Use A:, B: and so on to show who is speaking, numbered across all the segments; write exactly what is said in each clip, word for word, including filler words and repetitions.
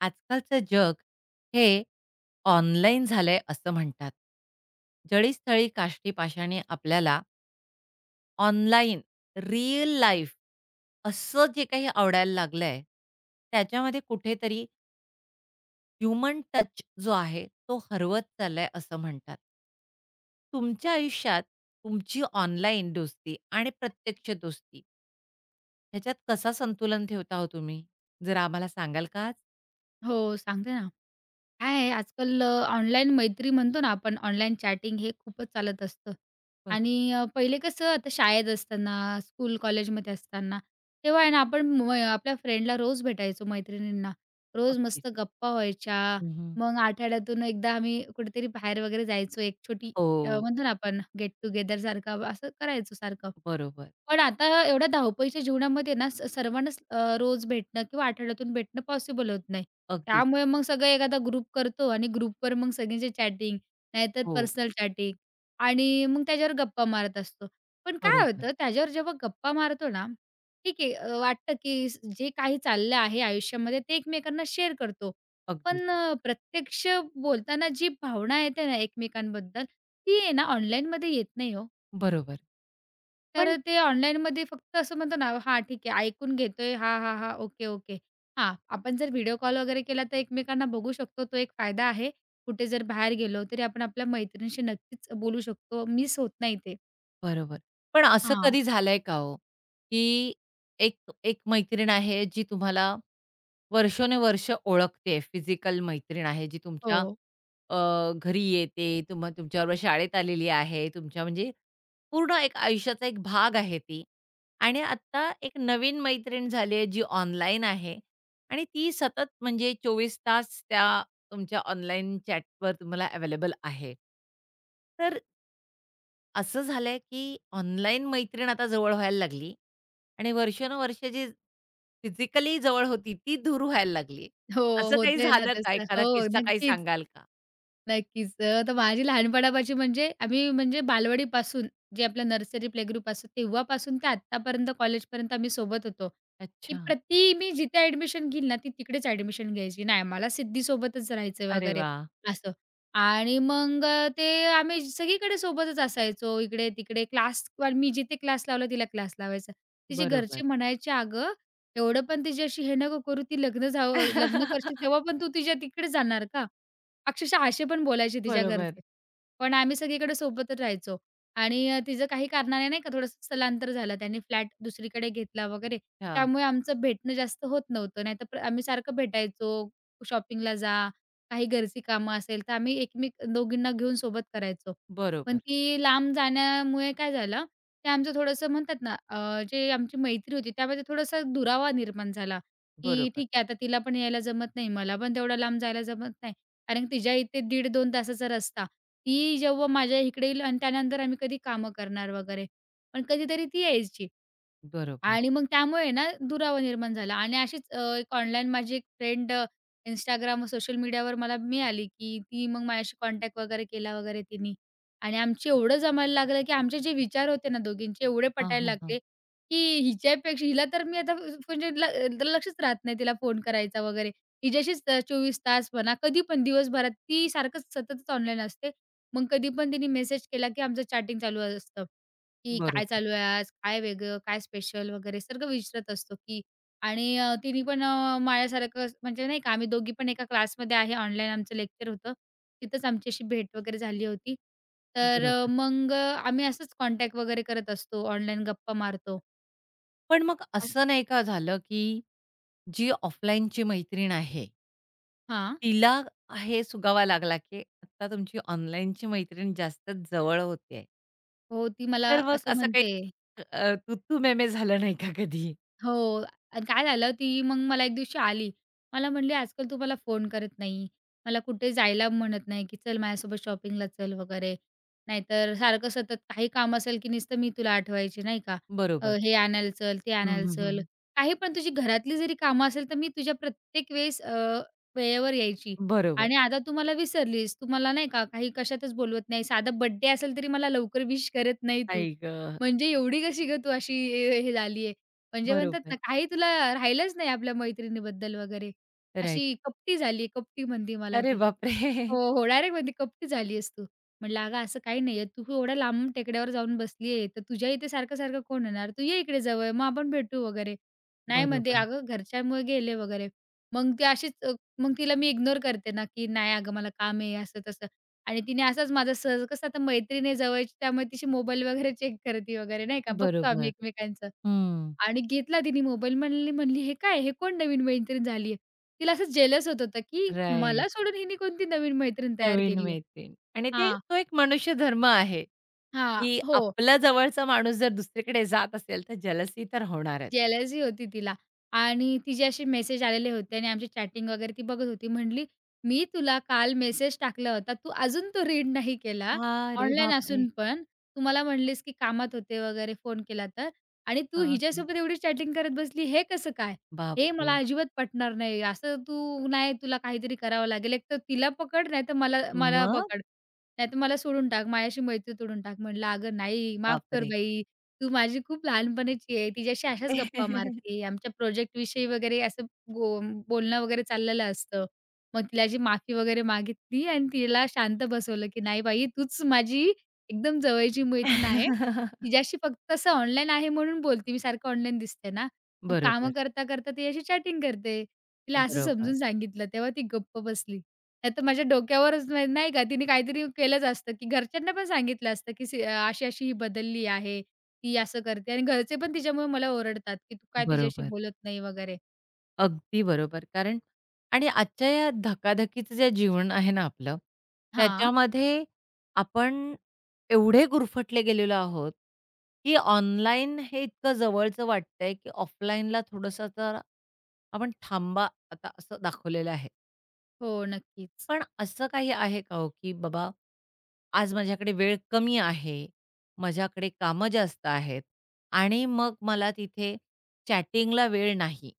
A: आजकालचं जग हे ऑनलाईन झालंय असं म्हणतात. जळीस्थळी काष्टी पाषाणी आपल्याला ऑनलाईन, रिअल लाईफ असं जे काही आवडायला लागलंय, त्याच्यामध्ये कुठेतरी ह्युमन टच जो आहे तो हरवत चाललाय असं म्हणतात. तुमच्या आयुष्यात तुमची ऑनलाईन दोस्ती आणि प्रत्यक्ष दोस्ती ह्याच्यात कसा संतुलन ठेवता हो तुम्ही? जरा आम्हाला सांगाल का आज?
B: हो, सांगते ना. काय आहे आजकाल अ, ऑनलाईन मैत्री म्हणतो ना आपण, ऑनलाईन चॅटिंग हे खूपच चालत असतं.
A: बरोबर.
B: आणि अ, पहिले कसं आता शाळेत असताना, स्कूल कॉलेजमध्ये असताना, तेव्हा आहे ना आपण म आपल्या फ्रेंडला रोज भेटायचो, मैत्रिणींना. रोज
A: अगदीच.
B: मस्त गप्पा व्हायच्या. मग आठवड्यातून एकदा आम्ही कुठेतरी बाहेर वगैरे जायचो. एक छोटी
A: हो,
B: अ, म्हणतो ना आपण गेट टुगेदर सारखं असं करायचो सारखं.
A: बरोबर.
B: पण आता एवढ्या धावपळीच्या जीवनामध्ये ना, स सर्वांनाच अ, रोज भेटणं किंवा आठवड्यातून भेटणं पॉसिबल होत नाही.
A: अगदीच.
B: त्यामुळे मग सगळं एखादा ग्रुप करतो आणि ग्रुपवर मग सगळ्यांची चॅटिंग, नाहीतर
A: हो,
B: पर्सनल चॅटिंग आणि मग त्याच्यावर गप्पा मारत असतो. पण काय
A: बरोबर.
B: होतं त्याच्यावर जेव्हा गप्पा मारतो ना, ठीक आहे अ, वाटतं की स- जे काही चाललं आहे आयुष्यामध्ये ते एकमेकांना शेअर करतो.
A: अगदीच.
B: पण अ, प्रत्यक्ष बोलताना जी भावना येते ना एकमेकांबद्दल, ती आहे ना ऑनलाईनमध्ये येत नाही हो.
A: बरोबर. पण
B: तर ते ऑनलाईनमध्ये फक्त असं म्हणतो ना, हां, ठीक आहे, ऐकून घेतोय. हां, हां, हां, ओके, ओके. हां, आपण जर व्हिडिओ कॉल वगैरे केला तर एकमेकांना बघू शकतो. तो एक फायदा आहे. कुठे जर बाहेर गेलो तरी आपण आपल्या मैत्रिणीशी नक्कीच बोलू शकतो. मिस होत नाही ते.
A: बरोबर. पण असं
B: हां.
A: कधी झालंय का हो, की एक एक मैत्रीण आहे जी तुम्हाला वर्षोनवर्ष ओळखते फिजिकल मैत्रीण आहे जी तुमच्या
B: हो.
A: अ, घरी येते, तुम्हा तुमच्याबरोबर शाळेत आलेली आहे, तुमच्या म्हणजे पूर्ण एक आयुष्याचा एक भाग आहे ती. आणि आत्ता एक नवीन मैत्रीण झाली आहे जी ऑनलाईन आहे आणि ती सतत म्हणजे चोवीस तास त्या तुमच्या ऑनलाईन चॅटवर तुम्हाला अवेलेबल आहे. तर असं झालंय, की ऑनलाईन मैत्रीण आता जवळ व्हायला लागली आणि वर्षानुवर्षे जी फिजिकली जवळ होती, ती दूर व्हायला लागली.
B: हो,
A: असं काही
B: होतंय ना
A: झालं का?
B: तसं.
A: एखादा
B: हो,
A: किस्सा काही
B: नक्कीच.
A: सांगाल का?
B: नक्कीच. अ, तर माझी लहानपणापासून म्हणजे आम्ही म्हणजे बालवाडीपासून जे आपलं नर्सरी प्लेग्रुप असतो तेव्हापासून ते आत्तापर्यंत कॉलेजपर्यंत आम्ही सोबत होतो, की
A: अच्छा.
B: प्रति मी जिथे ॲडमिशन घेईल ना, ती तिकडेच ॲडमिशन घ्यायची. नाही मला सिद्धीसोबतच राहायचं
A: अरे
B: वगैरे
A: वाह!
B: असं. आणि मग अ, ते आम्ही सगळीकडे सोबतच असायचो. इकडे-तिकडे क्लास मी जिथे क्लास लावला तिला क्लास लावायचा. तिचे
A: बरोबर.
B: घरचे म्हणायचे, "अगं, एवढं पण तिच्याशी हे नको करू. ती लग्न झावं लग्न करशील तेव्हा पण तू तिच्या तिकडे जाणार का?" अक्षरशः असे पण बोलायचे तिच्या
A: बरोबर.
B: घरचे. पण आम्ही सगळीकडे सोबतच राहायचो आणि अ, तिचं काही कारणाने नाही का थोडंसं स्थलांतर झालं. त्यांनी फ्लॅट दुसरीकडे घेतला वगैरे.
A: अच्छा.
B: त्यामुळे आमचं भेटणं जास्त होत नव्हतं. नाहीतर प्र आम्ही सारखं भेटायचो. शॉपिंगला जा, काही घरची कामं असेल तर आम्ही एकमेक दोघींना घेऊन सोबत करायचो. पण
A: बरोबर,
B: ती लांब जाण्यामुळे काय झालं, ते आमचं थोडंसं म्हणतात ना अ, जे आमची मैत्री होती त्यामध्ये थोडासा दुरावा निर्माण झाला, की
A: बरोबर,
B: ठीक आहे आता तिला पण यायला जमत नाही, मला पण तेवढं लांब जायला जमत नाही. कारण तिच्या इथे दीड दोन तासाचा रस्ता. ती जेव्हा माझ्या इकडे येईल आणि त्यानंतर आम्ही कधी कामं करणार वगैरे. पण कधीतरी ती यायची.
A: बरोबर.
B: आणि मग त्यामुळे ना दुरावा निर्माण झाला आणि अशीच अ, एक ऑनलाईन माझी एक फ्रेंड अ, Instagram सोशल मीडियावर मला मिळाली, की ती मग माझ्याशी कॉन्टॅक्ट वगैरे केला वगैरे तिनी. आणि आमचे एवढं जमायला लागलं, की आमचे जे विचार होते ना दोघींचे एवढे
A: हां,
B: पटायला
A: हां, हां.
B: लागले, की हिच्यापेक्षा हिला तर मी आता म्हणजे ल लक्षच राहत नाही तिला फोन करायचा वगैरे. हिच्याशीच अ, चोवीस तास म्हणा कधी पण दिवसभरात ती सारखंच सततच ऑनलाईन असते. मग कधी पण तिने मेसेज केला, की आमचं चॅटिंग चालू असतं. की काय
A: बरोबर,
B: चालू आहे आज? काय वेगळं? काय स्पेशल? वगैरे सगळं विचारत असतो की आणि अ, तिनी पण अ, माझ्यासारखं स- म्हणजे नाही का आम्ही दोघी पण एका क्लासमध्ये आहे. ऑनलाईन आमचं लेक्चर होतं. तिथंच आमची अशी भेट वगैरे झाली होती. तर अ,
A: बरोबर.
B: मग अ, आम्ही असंच कॉन्टॅक्ट वगैरे करत असतो. ऑनलाईन गप्पा मारतो.
A: पण मग
B: अस
A: असं नाही का झालं, की जी ऑफलाईनची मैत्रीण आहे
B: हां.
A: तिला हे सुगावा लागला, की आता तुमची ऑनलाईनची मैत्रीण जास्तच जवळ होतेय.
B: हो, ती मला
A: तर मग
B: असं
A: असं काही
B: म्हणते
A: अ, तू-तू, मैं-मैं झालं नाही का कधी?
B: हो. आणि काय झालं, ती मग मला एक दिवशी आली. मला म्हणली, "आजकाल तू मला फोन करत नाही. मला कुठे जायला म्हणत नाही, की चल माझ्यासोबत शॉपिंगला चल वगैरे. नाहीतर सारखं सतत काही काम असेल, की नुसतं मी तुला आठवायची नाही का. अ,
A: बरोबर.
B: हे आणायला चल, ते
A: हं,
B: आणायला
A: हं, हं.
B: चल. काही पण तुझी घरातली जरी कामं असेल, तर मी तुझ्या प्रत्येक वेळेस अ, वेळेवर यायची.
A: बरोबर.
B: आणि आता तू मला विसरलीस. तू मला नाही का काही कशातच बोलवत नाही. साधा बर्थडे असेल तरी मला लवकर विश करत नाही तू.
A: आई गं!
B: म्हणजे एवढी कशी गं तू अशी हे झाली म्हणजे म्हणतात ना,
A: बरोबर.
B: काही तुला राहिलंच नाही आपल्या मैत्रिणीबद्दल वगैरे.
A: राइट.
B: अशी कपटी झाली, कपटी म्हणते मला
A: अरे
B: ती. हो,
A: बापरे!
B: हो. डायरेक्ट म्हणते, "कपटी झाली आहेस तू." म्हटलं, "अगं असं काही नाहीये. तू एवढ्या लांब टेकड्यावर जाऊन बसली आहे, तर तुझ्या इथे सारखं-सारखं कोण येणार? तू ये इकडे जवळ, मग आपण भेटू वगैरे." नाही म्हणते,
A: बरोबर,
B: "अगं घरच्यांमुळे गेले वगैरे." मग ती अशीच अ, मग तिला मी इग्नोर करते ना, की "नाही अगं मला काम आहे," असं-तसं. आणि तिने असाच माझा सहज कसं आता मैत्रीण आहे जवळची, त्यामुळे तिची मोबाईल वगैरे चेक करते वगैरे नाही का, बघतो आम्ही
A: बरोबर.
B: एकमेकांचं.
A: हं.
B: आणि घेतला तिने मोबाईल म्हणली म्हणली, "हे काय? हे कोण नवीन मैत्रीण झाली आहे?" तिला असं जेलस होत होतं, की मला
A: राइट.
B: सोडून हिने कोणती नवीन मैत्रीण तयार
A: नवीन
B: केली आहे.
A: मैत्रीण आणि ते
B: हां,
A: तो एक मनुष्य धर्म आहे.
B: हां.
A: की
B: हो.
A: आपला जवळचा माणूस जर दुसरीकडे जात असेल, तर जलसी तर होणारच.
B: जेलसी होती तिला आणि तिचे असे मेसेज आलेले होते आणि आमची चॅटिंग वगैरे ती बघत होती. म्हणली, "मी तुला काल मेसेज टाकला होता. तू अजून तो रीड नाही केला.
A: अरे
B: ऑनलाईन
A: बापरे!
B: असून पण तू मला म्हणलीस, की कामात होते वगैरे फोन केला तर आणि तू
A: हां, हां.
B: हिच्यासोबत एवढी चॅटिंग करत बसली. हे कसं काय? हे मला
A: बापरे!
B: अजिबात पटणार नाही. असं तू नाही तुला काहीतरी करावं लागेल. एकतर तिला पकड नाहीतर मला मला
A: मग?
B: पकड. नाहीतर मला सोडून टाक. माझ्याशी मैत्री तोडून टाक." म्हणलं, "अगं नाही, माफ कर
A: बापरे!
B: बाई. तू माझी खूप लहानपणीची आहे. तिच्याशी अशाच गप्पा मारते. आमच्या प्रोजेक्टविषयी वगैरे असं बो बोलणं वगैरे चाललेलं असतं. मग तिला जी माफी वगैरे मागितली आणि तिला शांत बसवलं, की "नाही बाई, तूच माझी एकदम जवळची मैत्रीण आहे. तिच्याशी फक्त असं ऑनलाईन आहे म्हणून बोलते. मी सारखं ऑनलाईन दिसते ना. मग
A: बरोबर,
B: कामं करता-करता तिच्याशी चॅटिंग करते." तिला असं
A: बरोबर,
B: समजून सांगितलं. तेव्हा ती गप्प बसली. नाहीतर माझ्या डोक्यावरच नाही नाही का, तिने काहीतरी केलंच असतं, की घरच्यांना पण सांगितलं असतं, की "सी अ, अशी-अशी ही बदलली आहे. ती असं करते आणि घरचे पण तिच्यामुळे मला ओरडतात, की "तू काय तिच्याशी
A: बरोबर.
B: बोलत नाही?" वगैरे.
A: अगदी बरोबर. कारण आणि आजच्या या धकाधकीचं जे जीवन आहे ना आपलं,
B: हां.
A: त्याच्यामध्ये आपण एवढे गुरफटले गेलेलो आहोत, की ऑनलाईन हे इतकं जवळचं वाटतंय, की ऑफलाईनला थोडंसं तर आपण थांबा आता असं दाखवलेलं आहे.
B: हो, नक्कीच.
A: पण असं काही आहे का हो, की बाबा आज माझ्याकडे वेळ कमी आहे, माझ्याकडे कामं जास्त आहेत आणि मग मला तिथे चॅटिंगला वेळ नाही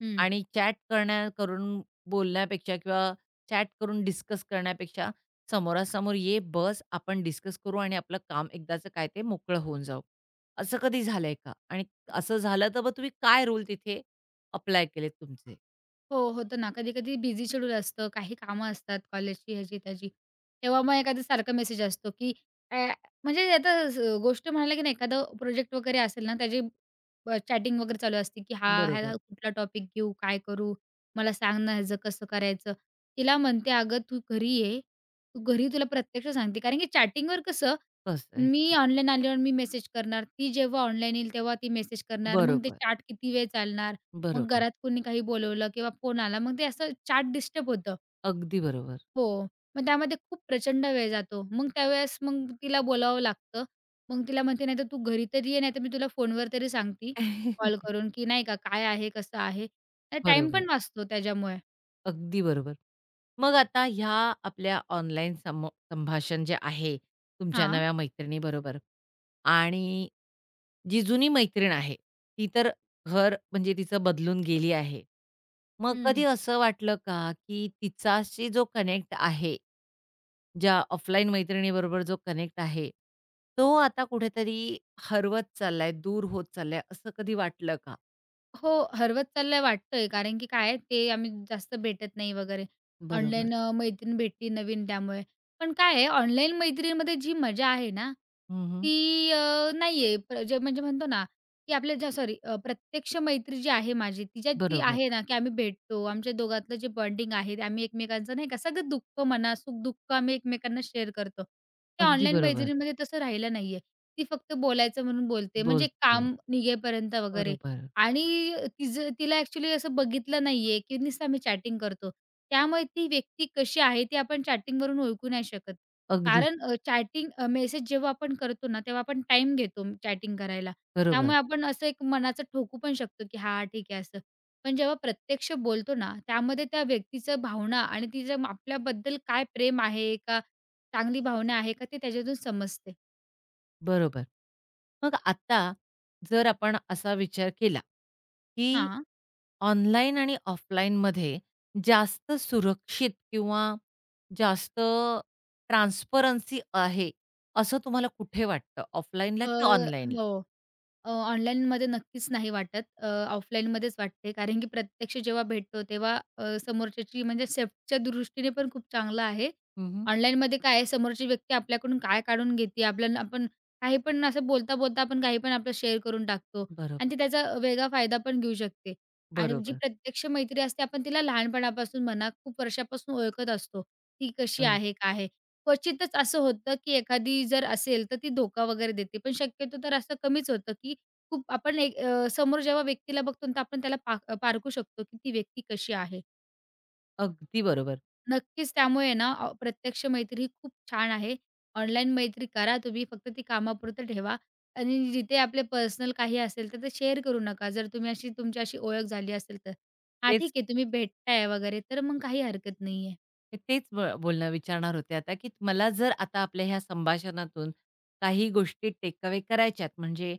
B: हं.
A: आणि चॅट करण्या करून बोलण्यापेक्षा किंवा चॅट करून डिस्कस करण्यापेक्षा समोरासमोर ये, बस, आपण डिस्कस करू आणि आपलं काम एकदाचं काय ते मोकळं होऊन जाऊ. असं कधी झालंय का? आणि असं झालं तर मग तुम्ही काय रूल तिथे अप्लाय केलेत तुमचे?
B: हो, होतं ना. कधी-कधी बिझी शेड्यूल असतं, काही कामं असतात कॉलेजची, ह्याची, त्याची. तेव्हा मग एखादा सारखा मेसेज असतो, की अ, म्हणजे आता स गोष्ट म्हणाला की नाही, एखादं प्रोजेक्ट वगैरे असेल ना, त्याची अ, चॅटिंग वगैरे चालू असते, की "हा, ह्याला
A: बरोबर.
B: कुठला टॉपिक घेऊ? काय करू? मला सांग ना, ह्याचं कसं करायचं?" तिला म्हणते, "अगं, तू घरी ये. तू घरी तुला प्रत्यक्ष सांगते." कारण की चॅटिंगवर कसं,
A: कसं आहे?
B: मी ऑनलाईन आल्यावर मी मेसेज करणार, ती जेव्हा ऑनलाईन येईल, तेव्हा ती मेसेज करणार. मग ते
A: बरोबर,
B: चॅट किती वेळ चालणार? मग
A: बरोबर.
B: घरात कोणी काही बोलवलं किंवा फोन आला, मग ते असं चाट डिस्टर्ब होतं.
A: अगदी बरोबर.
B: हो. मग त्यामध्ये खूप प्रचंड वेळ जातो. मग त्यावेळेस मग तिला बोलावं लागतं. मग तिला म्हणते, "नाहीतर तू घरी तरी ये, नाहीतर मी तुला फोनवर तरी सांगते कॉल करून, की नाही का काय आहे, कसं आहे." तर
A: बरोबर.
B: पण वाचतो त्याच्यामुळे.
A: अगदी बरोबर. मग आता ह्या आपल्या ऑनलाईन सम संभाषण जे आहे तुमच्या
B: हां.
A: नव्या मैत्रिणीबरोबर आणि जी जुनी मैत्रीण आहे, ती तर घर म्हणजे तिचं बदलून गेली आहे. मग
B: हं.
A: कधी असं वाटलं का, की तिचाशी जो कनेक्ट आहे, ज्या ऑफलाईन मैत्रिणीबरोबर जो कनेक्ट आहे, तो आता कुठेतरी हरवत चाललाय, दूर होत चाललाय, असं कधी वाटलं का?
B: हो, हरवत चाललंय वाटतंय. कारण की काय आहे, ते आम्ही जास्त भेटत नाही वगैरे.
A: बरोबर.
B: ऑनलाईन अ, मैत्रीण भेटली नवीन त्यामुळे. पण काय आहे, ऑनलाईन मैत्रीणमध्ये जी मजा आहे ना,
A: हं,
B: ती अ, नाहीये. प्र जे म्हणजे म्हणतो ना, की आपल्या ज्या सॉरी प्रत्यक्ष मैत्री जी आहे माझी, तिच्यात जी
A: बरोबर.
B: आहे ना, की आम्ही भेटतो. आमच्या दोघातलं जे बॉन्डिंग आहे, ते आम्ही एकमेकांचं नाही का, सगळं दुःख म्हणा, सुख-दुःख आम्ही एकमेकांना शेअर करतो. त्या
A: अगदी
B: ऑनलाईन
A: बरोबर.
B: मैत्रीणमध्ये तसं राहिलं नाहीये. ती फक्त बोलायचं म्हणून बोलते. म्हणजे
A: बोलते.
B: काम निघेपर्यंत वगैरे.
A: बरोबर.
B: आणि तिचं तिला ॲक्चुअली असं बघितलं नाहीये, की नुसतं आम्ही चॅटिंग करतो. त्यामुळे ती व्यक्ती कशी आहे ती आपण चॅटिंगवरून ओळखू नाही शकत.
A: अगदीच.
B: कारण अ, चॅटिंग अ, मेसेज जेव्हा आपण करतो ना, तेव्हा आपण टाइम घेतो चॅटिंग करायला.
A: बरोबर,
B: त्यामुळे आपण असं एक मनाचं ठोकू पण शकतो, की हां, ठीक आहे असं. पण जेव्हा प्रत्यक्ष बोलतो ना, त्यामध्ये त्या व्यक्तीचं भावना आणि तिचं आपल्याबद्दल काय प्रेम आहे का चांगली भावना आहे का ते त्याच्यातून समजते.
A: बरोबर. मग आता जर आपण असा विचार केला, की
B: हां.
A: ऑनलाईन आणि ऑफलाईनमध्ये जास्त सुरक्षित किंवा जास्त ट्रान्सपरन्सी आहे, असं तुम्हाला कुठे वाटतं? ऑफलाईनला
B: अ,
A: की ऑनलाईनला?
B: हो. अ, ऑनलाईनमध्ये नक्कीच नाही वाटत. अ, ऑफलाईनमध्येच वाटते. कारण की प्रत्यक्ष जेव्हा भेटतो तेव्हा अ, समोरच्याची म्हणजे सेफ्टीच्या दृष्टीने पण खूप चांगलं आहे.
A: हं, हं.
B: ऑनलाईनमध्ये काय आहे समोरची व्यक्ती आपल्याकडून काय काढून घेते, आपल्याला आपण काही पण असं बोलता-बोलता आपण काही पण आपलं शेअर करून टाकतो आणि
A: बरोबर,
B: ती त्याचा वेगळा फायदा पण घेऊ शकते. आणि जी
A: बरोबर.
B: प्रत्यक्ष मैत्री असते आपण तिला लहानपणापासून म्हणा, खूप वर्षापासून ओळखत असतो. ती कशी
A: अग
B: आहे, काय आहे? क्वचितच असं होतं की एखादी जर असेल तर ती धोका वगैरे देते. पण शक्यतो तर असं कमीच होतं की खूप आपण एक अ, समोर जेव्हा व्यक्तीला बघतो ना, तर आपण त्याला पा पारखू शकतो, की ती व्यक्ती कशी आहे.
A: अगदी बरोबर.
B: नक्कीच त्यामुळे ना अ, प्रत्यक्ष मैत्री ही खूप छान आहे. ऑनलाईन मैत्री करा तुम्ही, फक्त ती कामापुरतं ठेवा आणि जिथे आपले पर्सनल काही असेल, तर ते शेअर करू नका. जर तुम्ही अशी तुमची अशी ओळख झाली असेल तर. हां,
A: तेच
B: ठीक आहे तुम्ही भेटताय वगैरे, तर मग काही हरकत नाहीये.
A: मी तेच ब बोलणं विचारणार होते आता, की मला जर आता आपल्या ह्या संभाषणातून काही गोष्टी टेक करायच्यात, म्हणजे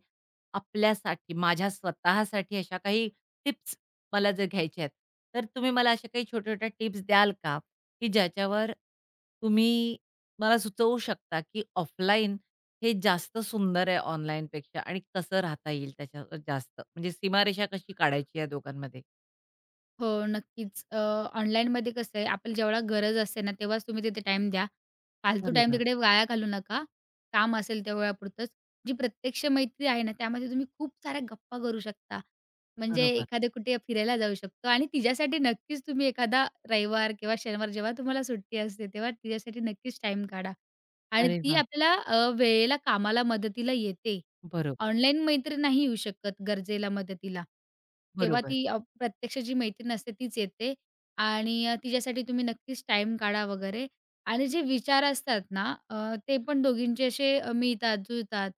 A: आपल्यासाठी, माझ्या स्वतःसाठी अशा काही टिप्स मला जर घ्यायच्या आहेत, तर तुम्ही मला अशा काही छोट्या-छोट्या टिप्स द्याल का, की ज्याच्यावर तुम्ही मला सुचवू शकता, की ऑफलाईन हे जास्त सुंदर आहे ऑनलाईनपेक्षा आणि कसं राहता येईल त्याच्यावर जास्त? म्हणजे सीमारेषा कशी काढायची या दोघांमध्ये?
B: हो, नक्कीच. अ, ऑनलाईनमध्ये कसं आहे, आपल्याला जेवढा गरज असते ना, तेव्हाच तुम्ही तिथे टाईम द्या. फालतू टाईम
A: बरोबर,
B: तिकडे वाया घालू नका. काम असेल त्या वेळापुरतंच. जी प्रत्यक्ष मैत्री आहे ना, त्यामध्ये तुम्ही खूप साऱ्या गप्पा करू शकता. म्हणजे
A: बरोबर.
B: एखाद्या कुठे फिरायला जाऊ शकतो आणि तिच्यासाठी नक्कीच तुम्ही एखादा रविवार किंवा शनिवार जेव्हा तुम्हाला सुट्टी असते, तेव्हा तिच्यासाठी नक्कीच टाईम काढा आणि
A: अरे
B: ती
A: वाह!
B: आपल्याला अ, वेळेला कामाला मदतीला येते.
A: बरोबर,
B: ऑनलाईन मैत्रीण नाही येऊ शकत गरजेला, मदतीला. तेव्हा
A: बरोबर.
B: ती अ, प्रत्यक्ष जी मैत्रीण असते तीच येते आणि अ, तिच्यासाठी तुम्ही नक्कीच टाइम काढा वगैरे आणि जे विचार असतात ना अ, ते पण दोघींचे असे अ, मिळतात, जुळतात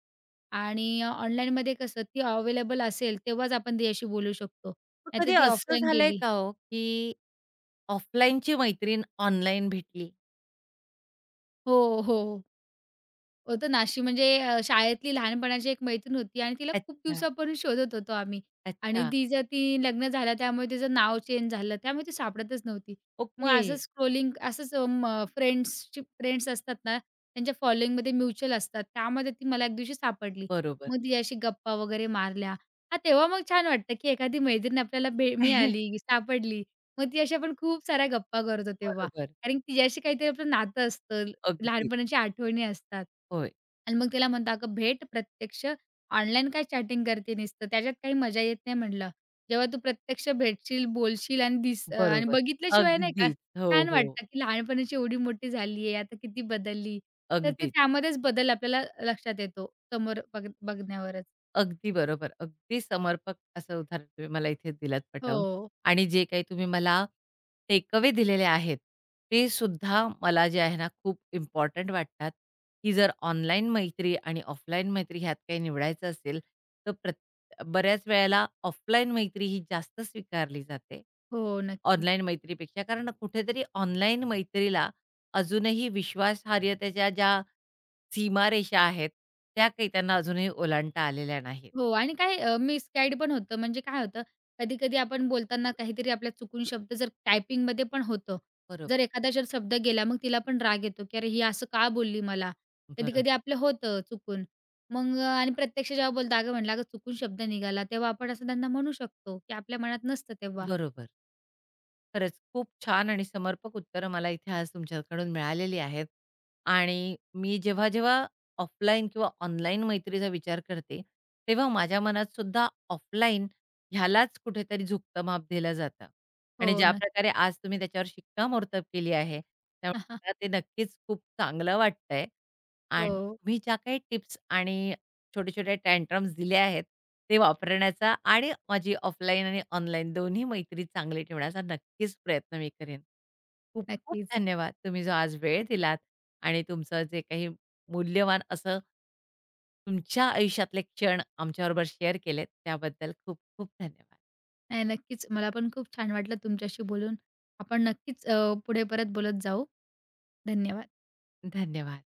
B: आणि अ, ऑनलाईनमध्ये कसं ती अवेलेबल असेल तेव्हाच आपण तिच्याशी बोलू शकतो.
A: मग कधी
B: नाहीतर ती
A: असं
B: ऑफलाईन
A: झालंय
B: गेली
A: का हो, की ऑफलाईनची मैत्रीण ऑनलाईन भेटली?
B: हो, हो. हो, तर नाशी म्हणजे अ, शाळेतली लहानपणाची एक मैत्रीण होती आणि तिला खूप
A: अच्छा,
B: दिवसापासून शोधत होतो आम्ही आणि
A: अच्छा.
B: तिचं ती लग्न झालं त्यामुळे तिचं नाव चेंज झालं. त्यामुळे ती सापडतच नव्हती. मग
A: ओके.
B: असंच स्क्रोलिंग असंच अ, फ्रेंड्सची फ्रेंड्स असतात ना, त्यांच्या फॉलोइंगमध्ये म्युच्युअल असतात. त्यामध्ये ती मला एक दिवशी सापडली.
A: बरोबर.
B: मग तिच्याशी गप्पा वगैरे मारल्या. हां, तेव्हा मग छान वाटतं, की एखादी मैत्रीण आपल्याला भे मिळाली, सापडली. मग ती आपण खूप साऱ्या गप्पा करतो तेव्हा.
A: बरोबर.
B: कारण की तिच्याशी काहीतरी आपलं नातं असतं.
A: अगदी.
B: लहानपणाच्या आठवणी असतात.
A: होय.
B: आणि मग तिला म्हणतो, "अगं भेट प्रत्यक्ष, ऑनलाईन काय चॅटिंग करते नुसतं, त्याच्यात काही मजा येत नाही" म्हटलं. "जेव्हा तू प्रत्यक्ष भेटशील, बोलशील आणि दिस अ, आणि
A: बरोबर.
B: बघितल्याशिवाय नाही का
A: अगदीच. हो,
B: छान
A: हो.
B: वाटतं, की लहानपणाची एवढी मोठी झाली आहे, आता किती बदलली." तर ते
A: अगदीच.
B: त्यामध्येच बदल आपल्याला लक्षात येतो, समोर बघ बघण्यावरच.
A: अगदी बरोबर. अगदी समर्पक असं उदाहरण तुम्ही मला इथे दिलत पटवून
B: हो.
A: आणि जे काही तुम्ही मला टेकअवे दिलेले आहेत, ते सुद्धा मला जे आहे ना, खूप इम्पॉर्टंट वाटतात, की जर ऑनलाईन मैत्री आणि ऑफलाईन मैत्री ह्यात काही निवडायचं असेल, तर प्रत बऱ्याच वेळेला ऑफलाईन मैत्री ही जास्त स्वीकारली जाते,
B: हो, नक्कीच.
A: ऑनलाईन मैत्रीपेक्षा. कारण कुठेतरी ऑनलाईन मैत्रीला अजूनही विश्वासार्हतेच्या ज्या सीमारेषा आहेत, त्या काही त्यांना अजूनही ओलांडता आलेल्या नाहीत.
B: हो आणि काय अ, मिसगाईड पण होतं. म्हणजे काय होतं, कधी-कधी आपण बोलताना काहीतरी आपल्या चुकून शब्द जर टायपिंगमध्ये पण होतं.
A: बरोब
B: जर एखादा जर शब्द गेला, मग तिला पण राग येतो, की "अरे, ही असं का बोलली मला?"
A: बरोबर,
B: कधी-कधी आपलं होतं चुकून. मग अ, आणि प्रत्यक्ष जेव्हा बोलतो, "अगं," म्हटलं, "अगं, चुकून शब्द निघाला." तेव्हा आपण असं त्यांना म्हणू शकतो, की आपल्या मनात नसतं तेव्हा.
A: बरोबर. खरंच खूप छान आणि समर्पक उत्तरं मला इथे आज तुमच्याकडून मिळालेली आहेत. आणि मी जेव्हा-जेव्हा ऑफलाईन किंवा ऑनलाईन मैत्रीचा विचार करते, तेव्हा माझ्या मनात सुद्धा ऑफलाईन ह्यालाच कुठेतरी झुकतं माप दिलं जातं.
B: हो
A: आणि
B: ना.
A: ज्याप्रकारे आज तुम्ही त्याच्यावर शिक्कामोर्तब केली आहे, त्यामुळे मला ते नक्कीच खूप चांगलं वाटतंय. आणि
B: हो,
A: तुम्ही ज्या काही टिप्स आणि छोटे-छोटे टँट्रम्स दिले आहेत, ते वापरण्याचा आणि माझी ऑफलाईन आणि ऑनलाईन दोन्ही मैत्री चांगली ठेवण्याचा नक्कीच प्रयत्न मी करेन. खूप-खूप
B: नक्कीच.
A: धन्यवाद. तुम्ही जो आज वेळ दिलात आणि तुमचं जे काही मूल्यवान असं तुमच्या आयुष्यातले क्षण आमच्याबरोबर शेअर केलेत त्याबद्दल खूप-खूप धन्यवाद.
B: नाही, नक्कीच. मला पण खूप छान वाटलं तुमच्याशी बोलून. आपण नक्कीच अ, पुढे परत बोलत जाऊ. धन्यवाद.
A: धन्यवाद.